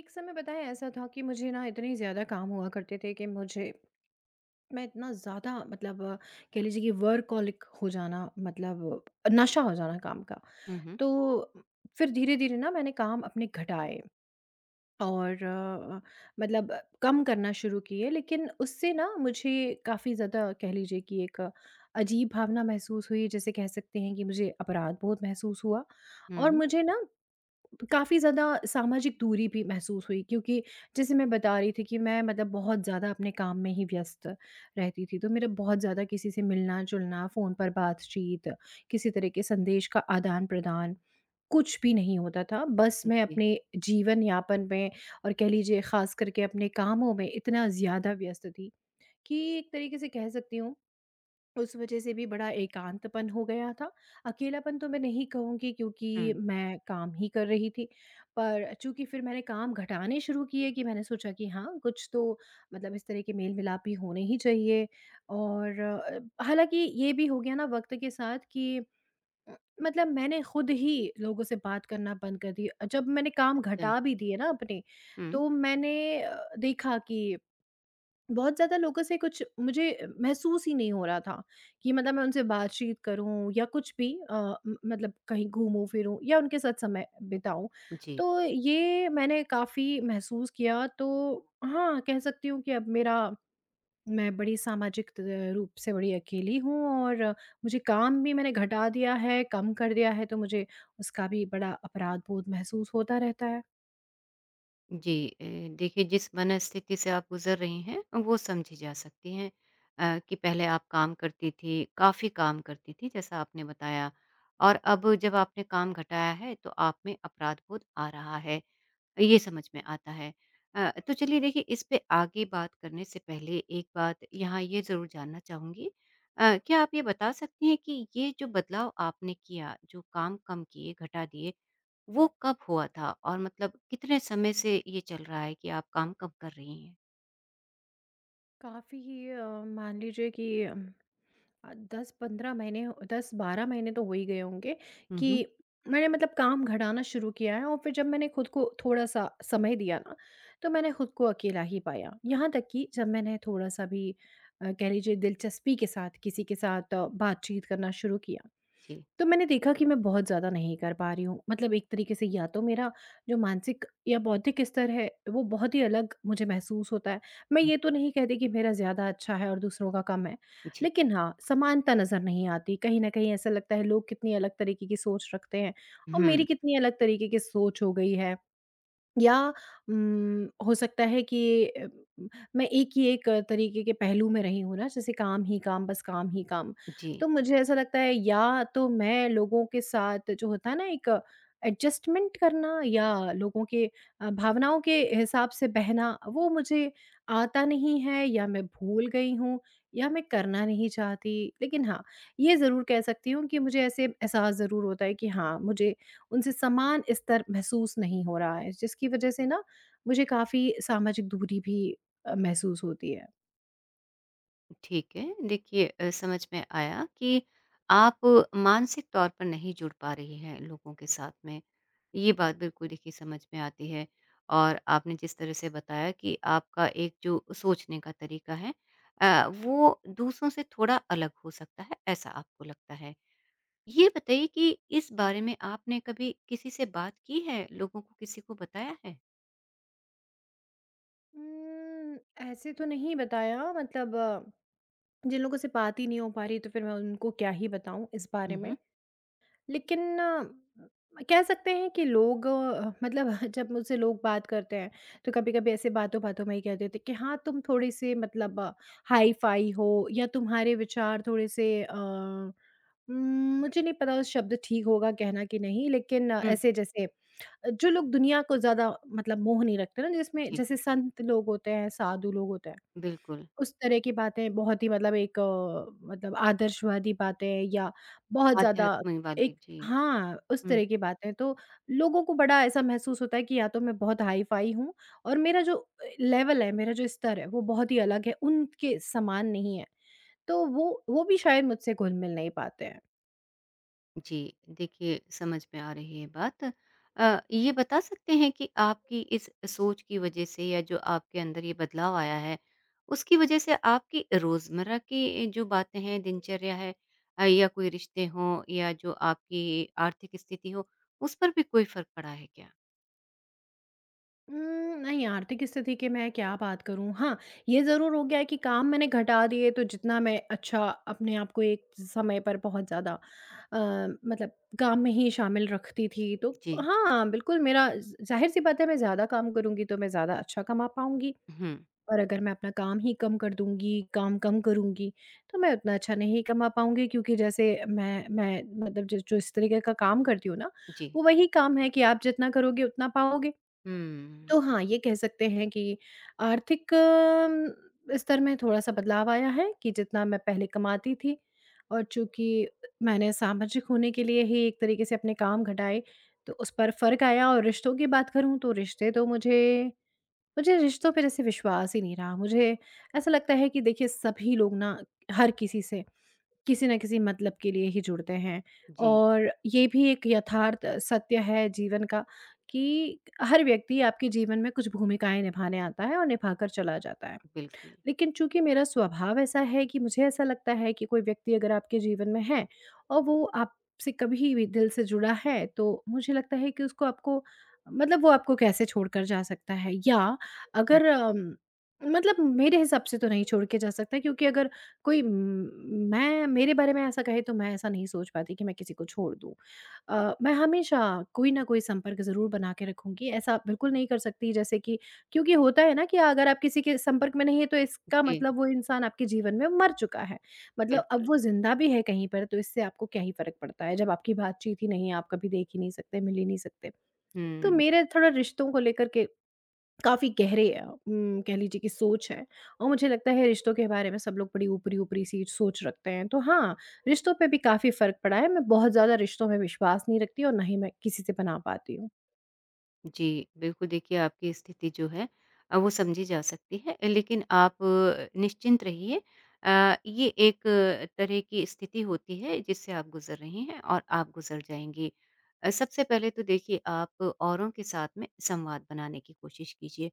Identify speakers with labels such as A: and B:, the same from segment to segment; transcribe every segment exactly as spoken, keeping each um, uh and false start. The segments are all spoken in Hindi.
A: एक समय पता है ऐसा था कि मुझे ना इतने ज़्यादा काम हुआ करते थे कि मुझे मैं इतना ज़्यादा मतलब अ, कह लीजिए कि वर्कॉलिक हो जाना मतलब नशा हो जाना काम का।
B: हुँ, हुँ।
A: तो फिर धीरे-धीरे ना मैंने काम अपने घटाए और अ, मतलब कम करना शुरू किए, लेकिन उससे ना मुझे काफ़ी ज़्यादा कह लीजिए कि एक अजीब भावना महसूस हुई। जैसे कह सकते हैं कि मुझे अपराध बोध महसूस हुआ, और
B: हुँ,
A: मुझे ना काफ़ी ज़्यादा सामाजिक दूरी भी महसूस हुई, क्योंकि जैसे मैं बता रही थी कि मैं मतलब बहुत ज़्यादा अपने काम में ही व्यस्त रहती थी। तो मेरा बहुत ज़्यादा किसी से मिलना जुलना, फ़ोन पर बातचीत, किसी तरह के संदेश का आदान प्रदान, कुछ भी नहीं होता था। बस मैं
B: जी।
A: अपने जीवन यापन में और कह लीजिए ख़ास करके अपने कामों में इतना ज़्यादा व्यस्त थी, कि एक तरीके से कह सकती हूँ उस वज़ह से भी बड़ा एकांतपन हो गया था। अकेलापन तो मैं नहीं कहूँगी, क्योंकि
B: हुँ,
A: मैं काम ही कर रही थी। पर चूँकि फिर मैंने काम घटाने शुरू किए, कि मैंने सोचा कि हाँ, कुछ तो मतलब इस तरह के मेल-मिलाप भी होने ही चाहिए। और अ, हालाँकि ये भी हो गया ना वक़्त के साथ कि अ, मतलब मैंने खुद ही लोगों से बात करना बंद कर दी। जब मैंने काम
B: अच्छा।
A: घटा भी दिए ना अपने,
B: हुँ,
A: तो मैंने अ, देखा कि बहुत ज़्यादा लोगों से कुछ मुझे अ, महसूस ही नहीं हो रहा था कि मतलब मैं उनसे बातचीत करूँ या कुछ भी, अ, म- मतलब कहीं घूमूं फिरूँ या उनके साथ समय बिताऊँ।
B: जी।
A: तो ये मैंने काफ़ी महसूस किया, तो हाँ कह सकती हूँ कि अब मेरा मैं बड़ी सामाजिक त- रूप से बड़ी अकेली हूँ। और मुझे काम भी मैंने घटा दिया है, कम कर दिया है, तो मुझे उसका भी बड़ा अपराध बोध महसूस होता रहता है।
B: जी, अ, देखिए जिस मनस्थिति से आप गुज़र रही हैं वो समझी जा सकती हैं। अ, कि पहले आप काम करती थी, काफ़ी काम करती थी जैसा आपने बताया और अब जब आपने काम घटाया है तो आप में अपराध बोध आ रहा है। ये समझ में आता है। अ, तो चलिए देखिए इस पे आगे बात करने से पहले एक बात यहाँ ये ज़रूर जानना चाहूँगी। अ, क्या आप ये बता सकती हैं कि ये जो बदलाव आपने किया, जो काम कम किए, घटा दिए, वो कब हुआ था? और मतलब कितने समय से ये चल रहा है कि आप काम कम कर रही हैं?
A: काफ़ी ही अ, मान लीजिए कि अ, दस पंद्रह महीने हो, दस बारह महीने तो हो ही गए होंगे
B: हुँ,
A: कि
B: हुँ।
A: मैंने मतलब काम घटाना शुरू किया है। और फिर जब मैंने खुद को थोड़ा-सा समय दिया ना, तो मैंने खुद को अकेला ही पाया। यहाँ तक कि जब मैंने थोड़ा-सा भी अ, कह लीजिए दिलचस्पी के साथ किसी के साथ अ, बातचीत करना शुरू किया,
B: जी।
A: तो मैंने देखा कि मैं बहुत ज़्यादा नहीं कर पा रही हूँ। मतलब एक तरीके से या तो मेरा जो मानसिक या बौद्धिक स्तर है, वो बहुत ही अलग मुझे महसूस होता है। मैं
B: हुँ,
A: ये तो नहीं कहती कि मेरा ज़्यादा अच्छा है और दूसरों का कम है।
B: जी।
A: लेकिन हाँ, समानता नज़र नहीं आती। कहीं न कहीं ऐसा लगता है लोग कितनी अलग तरीके की सोच रखते हैं, और
B: हुँ,
A: मेरी कितनी अलग तरीके की सोच हो गई है। या उम, हो सकता है कि अ, मैं एक ही एक तरीके के पहलू में रही हूँ ना, जैसे काम ही काम, बस काम ही काम।
B: जी।
A: तो मुझे ऐसा लगता है या तो मैं लोगों के साथ जो होता है ना एक एडजस्टमेंट करना, या लोगों के अ, भावनाओं के हिसाब से बहना, वो मुझे आता नहीं है, या मैं भूल गई हूँ, या मैं करना नहीं चाहती। लेकिन हाँ, ये ज़रूर कह सकती हूँ कि मुझे ऐसे एहसास ज़रूर होता है कि हाँ, मुझे उनसे समान स्तर महसूस नहीं हो रहा है, जिसकी वजह से ना मुझे काफ़ी सामाजिक दूरी भी अ, महसूस होती है।
B: ठीक है। देखिए अ, समझ में आया कि आप मानसिक तौर पर नहीं जुड़ पा रही हैं लोगों के साथ में। ये बात बिल्कुल देखिए समझ में आती है और आपने जिस तरह से बताया कि आपका एक जो सोचने का तरीका है, अ, वो दूसरों से थोड़ा अलग हो सकता है, ऐसा आपको लगता है। ये बताइए कि इस बारे में आपने कभी किसी से बात की है? लोगों को किसी को बताया है?
A: उम, ऐसे तो नहीं बताया, मतलब अ, जिन लोगों से बात ही नहीं हो पा रही, तो फिर मैं उनको क्या ही बताऊँ इस बारे
B: हुँ,
A: में।
B: हुँ।
A: लेकिन अ, कह सकते हैं कि लोग अ, मतलब जब मुझसे लोग बात करते हैं, तो कभी-कभी ऐसे बातों-बातों में ही कह देते हैं कि हाँ, तुम थोड़े-से मतलब हाई-फाई हो, या तुम्हारे विचार थोड़े-से अ, उम, मुझे नहीं पता शब्द ठीक होगा कहना कि नहीं, लेकिन अ,
B: हुँ,
A: ऐसे जैसे जो लोग दुनिया को ज़्यादा मतलब मोह नहीं रखते ना, जिसमें
B: जी,
A: जैसे संत लोग होते हैं, साधु लोग होते हैं।
B: बिल्कुल।
A: उस तरह की बातें बहुत ही मतलब एक अ, मतलब आदर्शवादी बातें, या बहुत ज़्यादा
B: आध्यात्म वाली,
A: एक,
B: जी।
A: हाँ, उस
B: हुँ।
A: तरह की बातें तो लोगों को बड़ा ऐसा महसूस होता है कि या तो मैं बहुत हाई-फ़ाई हूँ, और मेरा जो अ, लेवल है, मेरा जो स्तर है वो बहुत ही अलग है, उनके समान नहीं है। तो वो वो भी शायद मुझसे घुल-मिल नहीं पाते हैं।
B: जी, देखिए समझ में आ रही है बात। अ, ये बता सकते हैं कि आपकी इस सोच की वज़ह से या जो आपके अंदर ये बदलाव आया है, उसकी वज़ह से आपकी रोज़मर्रा की जो बातें हैं, दिनचर्या है, अ, या कोई रिश्ते हों या जो आपकी आर्थिक स्थिति हो, उस पर भी कोई फ़र्क पड़ा है क्या?
A: उम, नहीं, आर्थिक स्थिति की मैं क्या बात करूँ? हाँ, ये ज़रूर हो गया है कि काम मैंने घटा दिए, तो जितना मैं अच्छा अपने आप को एक समय पर बहुत ज़्यादा अ, मतलब काम में ही शामिल रखती थी, तो
B: जी।
A: हाँ, बिल्कुल मेरा ज़ ज़ाहिर-सी बात है, मैं ज़्यादा काम करूँगी तो मैं ज़्यादा अच्छा कमा पाऊँगी,
B: हुँ,
A: और अगर मैं अपना काम ही कम कर दूँगी, काम कम करूँगी, तो मैं उतना अच्छा नहीं कमा पाऊँगी, क्योंकि जैसे मैं मैं मतलब जिस जो इस तरीके का काम करती हूँ ना,
B: जी।
A: वो वही काम है कि आप जितना करोगे उतना पाओगे।
B: हुँ,
A: तो हाँ, ये कह सकते हैं कि आर्थिक अम, स्तर में थोड़ा-सा बदलाव आया है कि जितना मैं पहले कमाती थी, और चूँकि मैंने सामाजिक होने के लिए ही एक तरीके से अपने काम घटाए, तो उस पर फ़र्क आया। और रिश्तों की बात करूँ तो रिश्ते तो मुझे मुझे रिश्तों पे जैसे विश्वास ही नहीं रहा। मुझे ऐसा लगता है कि देखिए सभी लोग ना हर किसी से किसी न किसी मतलब के लिए ही जुड़ते हैं,
B: जी,
A: और ये भी एक यथार्थ सत्य है जीवन का, कि हर व्यक्ति आपके जीवन में कुछ भूमिकाएँ निभाने आता है और निभाकर चला जाता है।
B: बिल्कुल।
A: लेकिन चूँकि मेरा स्वभाव ऐसा है कि मुझे ऐसा लगता है कि कोई व्यक्ति अगर आपके जीवन में है और वो आपसे कभी भी दिल से जुड़ा है, तो मुझे लगता है कि उसको आपको मतलब वो आपको कैसे छोड़कर जा सकता है, या
B: हुँ,
A: अगर अम, मतलब मेरे हिसाब से तो नहीं छोड़ के जा सकता, क्योंकि अगर कोई म, मैं मेरे बारे में ऐसा कहे तो मैं ऐसा नहीं सोच पाती कि मैं किसी को छोड़ दूँ। अ, मैं हमेशा कोई ना कोई संपर्क ज़रूर बना के रखूँगी, ऐसा बिल्कुल नहीं कर सकती जैसे कि, क्योंकि होता है ना कि अगर आप किसी के संपर्क में नहीं है तो इसका
B: जी,
A: मतलब वो इंसान आपके जीवन में मर चुका है। मतलब
B: बिल्कुल।
A: अब वो ज़िंदा भी है कहीं पर, तो इससे आपको क्या ही फ़र्क पड़ता है जब आपकी बातचीत ही नहीं है, आप कभी देख ही नहीं सकते, मिल ही नहीं सकते। तो
B: हुँ।
A: मेरे थोड़ा रिश्तों को लेकर के काफ़ी गहरे अ, उम, कह लीजिए कि सोच है, और मुझे लगता है रिश्तों के बारे में सब लोग बड़ी ऊपरी-ऊपरी सी सोच रखते हैं। तो हाँ, रिश्तों पे भी काफ़ी फ़र्क पड़ा है। मैं बहुत ज़्यादा रिश्तों में विश्वास नहीं रखती, और ना ही मैं किसी से बना पाती हूँ।
B: जी, बिल्कुल देखिए आपकी स्थिति जो है, अ, वो समझी जा सकती है। लेकिन आप अ, निश्चिंत रहिए। अ, ये एक अ, तरह की स्थिति होती है जिससे आप गुज़र रही हैं और आप गुज़र जाएँगी। अ, सबसे पहले तो देखिए आप औरों के साथ में संवाद बनाने की कोशिश कीजिए।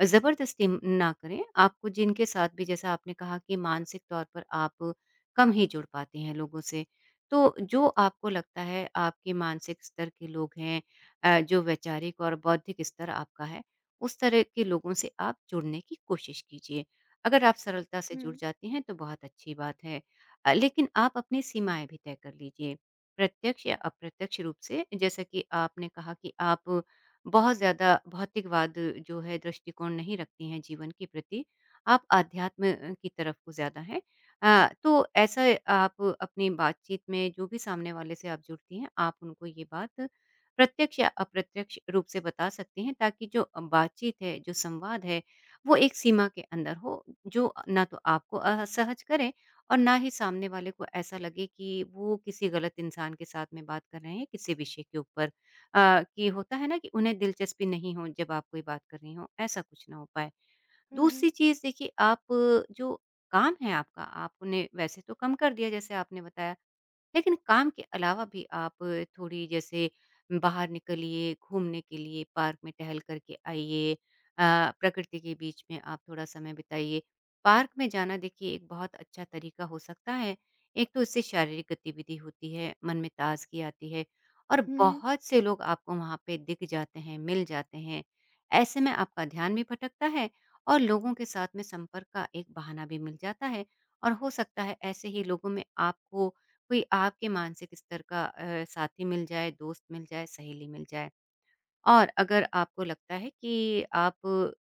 B: अ, ज़बरदस्ती म- ना करें, आपको जिनके साथ भी जैसा आपने कहा कि मानसिक तौर पर आप कम ही जुड़ पाती हैं लोगों से, तो जो आपको लगता है आपके मानसिक स्तर के लोग हैं, अ, जो वैचारिक और बौद्धिक स्तर आपका है, उस तरह के लोगों से आप जुड़ने की कोशिश कीजिए। अगर आप सरलता से जुड़
A: हुँ।
B: जाते हैं तो बहुत अच्छी बात है। अ, लेकिन आप अपनी सीमाएँ भी तय कर लीजिए। प्रत्यक्ष या अप्रत्यक्ष रूप से जैसा कि आपने कहा कि आप बहुत ज़्यादा भौतिकवाद जो है दृष्टिकोण नहीं रखती हैं जीवन के प्रति, आप आध्यात्म अ, की तरफ को ज़्यादा हैं। अ, तो ऐसा आप अपनी बातचीत में जो भी सामने वाले से आप जुड़ती हैं, आप उनको ये बात प्रत्यक्ष या अप्रत्यक्ष रूप से बता सकते हैं ताकि जो बातचीत है, जो संवाद है, वो एक सीमा के अंदर हो, जो ना तो आपको असहज करे और ना ही सामने वाले को ऐसा लगे कि वो किसी गलत इंसान के साथ में बात कर रहे हैं किसी विषय के ऊपर। अ, कि होता है ना कि उन्हें दिलचस्पी नहीं हो जब आप कोई बात कर रही हो, ऐसा कुछ ना हो पाए।
A: हुँ, हुँ।
B: दूसरी चीज़ देखिए आप जो काम है आपका, आपने वैसे तो कम कर दिया जैसे आपने बताया, लेकिन काम के अलावा भी आप थोड़ी जैसे बाहर निकलिए, घूमने के लिए पार्क में टहल करके आइए, अ, प्रकृति के बीच में आप थोड़ा समय बिताइए। पार्क में जाना देखिए एक बहुत अच्छा तरीका हो सकता है। एक तो इससे शारीरिक गतिविधि होती है, मन में ताज़गी आती है और
A: हुँ,
B: बहुत से लोग आपको वहाँ पे दिख जाते हैं, मिल जाते हैं। ऐसे में आपका ध्यान भी भटकता है और लोगों के साथ में संपर्क का एक बहाना भी मिल जाता है और हो सकता है ऐसे ही लोगों में आपको कोई आपके मानसिक स्तर का अ, साथी मिल जाए, दोस्त मिल जाए, सहेली मिल जाए। और अगर आपको लगता है कि आप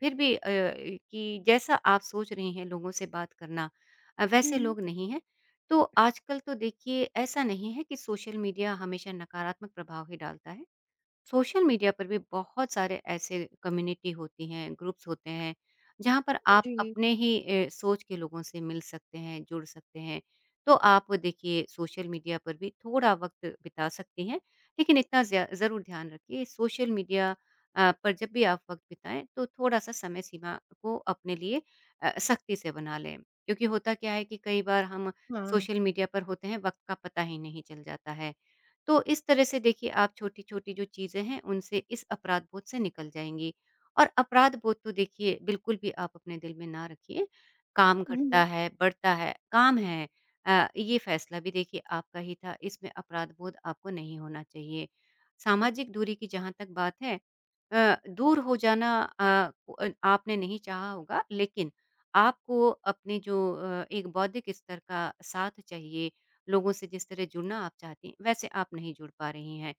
B: फिर भी अ, कि जैसा आप सोच रही हैं लोगों से बात करना अ,
A: हुँ,
B: वैसे
A: हुँ।
B: लोग नहीं हैं, तो आजकल तो देखिए ऐसा नहीं है कि सोशल मीडिया हमेशा नकारात्मक प्रभाव ही डालता है। सोशल मीडिया पर भी बहुत सारे ऐसे कम्युनिटी होती हैं, ग्रुप्स होते हैं, जहाँ पर आप
A: जी।
B: अपने ही अ, सोच के लोगों से मिल सकते हैं, जुड़ सकते हैं। तो आप देखिए सोशल मीडिया पर भी थोड़ा वक़्त बिता सकती हैं, लेकिन इतना ज़्या ज़रूर ध्यान रखिए सोशल मीडिया अ, पर जब भी आप वक़्त बिताएँ तो थोड़ा-सा समय सीमा को अपने लिए अ, सख्ती से बना लें। क्योंकि होता क्या है कि कई बार हम
A: हाँ।
B: सोशल मीडिया पर होते हैं, वक़्त का पता ही नहीं चल जाता है। तो इस तरह से देखिए आप छोटी-छोटी जो चीज़ें हैं उनसे इस अपराध बोध से निकल जाएँगी। और अपराध बोध तो देखिए बिल्कुल भी आप अपने दिल में ना रखिए, काम
A: हुँ,
B: घटता है, बढ़ता है, काम है, अ, ये फैसला भी देखिए आपका ही था, इसमें अपराध बोध आपको नहीं होना चाहिए। सामाजिक दूरी की जहाँ तक बात है, अ, दूर हो जाना अ, अ, आपने नहीं चाहा होगा लेकिन आपको अपने जो अ, एक बौद्धिक स्तर का साथ चाहिए, लोगों से जिस तरह जुड़ना आप चाहती हैं वैसे आप नहीं जुड़ पा रही हैं।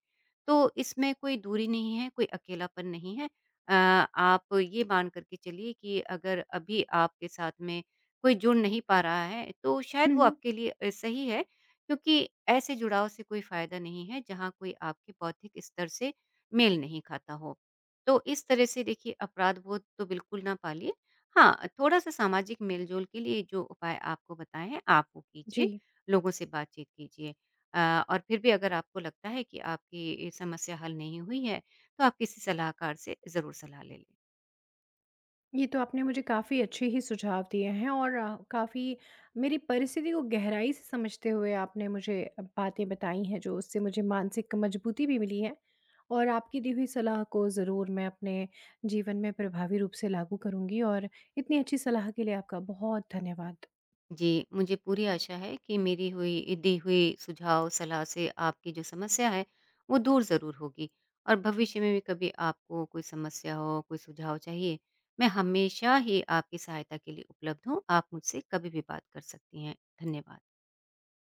B: तो इसमें कोई दूरी नहीं है, कोई अकेलापन नहीं है। अ, आप ये मान कर के चलिए कि अगर अभी आपके साथ में कोई जुड़ नहीं पा रहा है तो शायद
A: हुँ,
B: वो
A: हुँ।
B: आपके लिए अ, सही है क्योंकि ऐसे जुड़ाव से कोई फ़ायदा नहीं है जहाँ कोई आपके बौद्धिक स्तर से मेल नहीं खाता हो। तो इस तरह से देखिए अपराध बोध तो बिल्कुल ना पालिए। हाँ, थोड़ा-सा सामाजिक मेल-जोल के लिए जो उपाय आपको बताए हैं आप वो
A: जी,
B: कीजिए। लोगों से बातचीत कीजिए अ, और फिर भी अगर आपको लगता है कि आपकी समस्या हल नहीं हुई है तो आप किसी सलाहकार से ज़रूर सलाह ले लें।
A: ये तो आपने मुझे काफ़ी अच्छे ही सुझाव दिए हैं, और अ, काफ़ी मेरी परिस्थिति को गहराई से समझते हुए आपने मुझे अ, बातें बताई हैं, जो उससे मुझे मानसिक मजबूती भी मिली है। और आपकी दी हुई सलाह को ज़रूर मैं अपने जीवन में प्रभावी रूप से लागू करूँगी, और इतनी अच्छी सलाह के लिए आपका बहुत धन्यवाद।
B: जी, मुझे पूरी आशा है कि मेरी हुई दी हुई सुझाव सलाह से आपकी जो समस्या है वो दूर ज़रूर होगी और भविष्य में भी कभी आपको कोई समस्या हो, कोई सुझाव चाहिए, मैं हमेशा ही आपकी सहायता के लिए उपलब्ध हूँ। आप मुझसे कभी भी बात कर सकती हैं। धन्यवाद।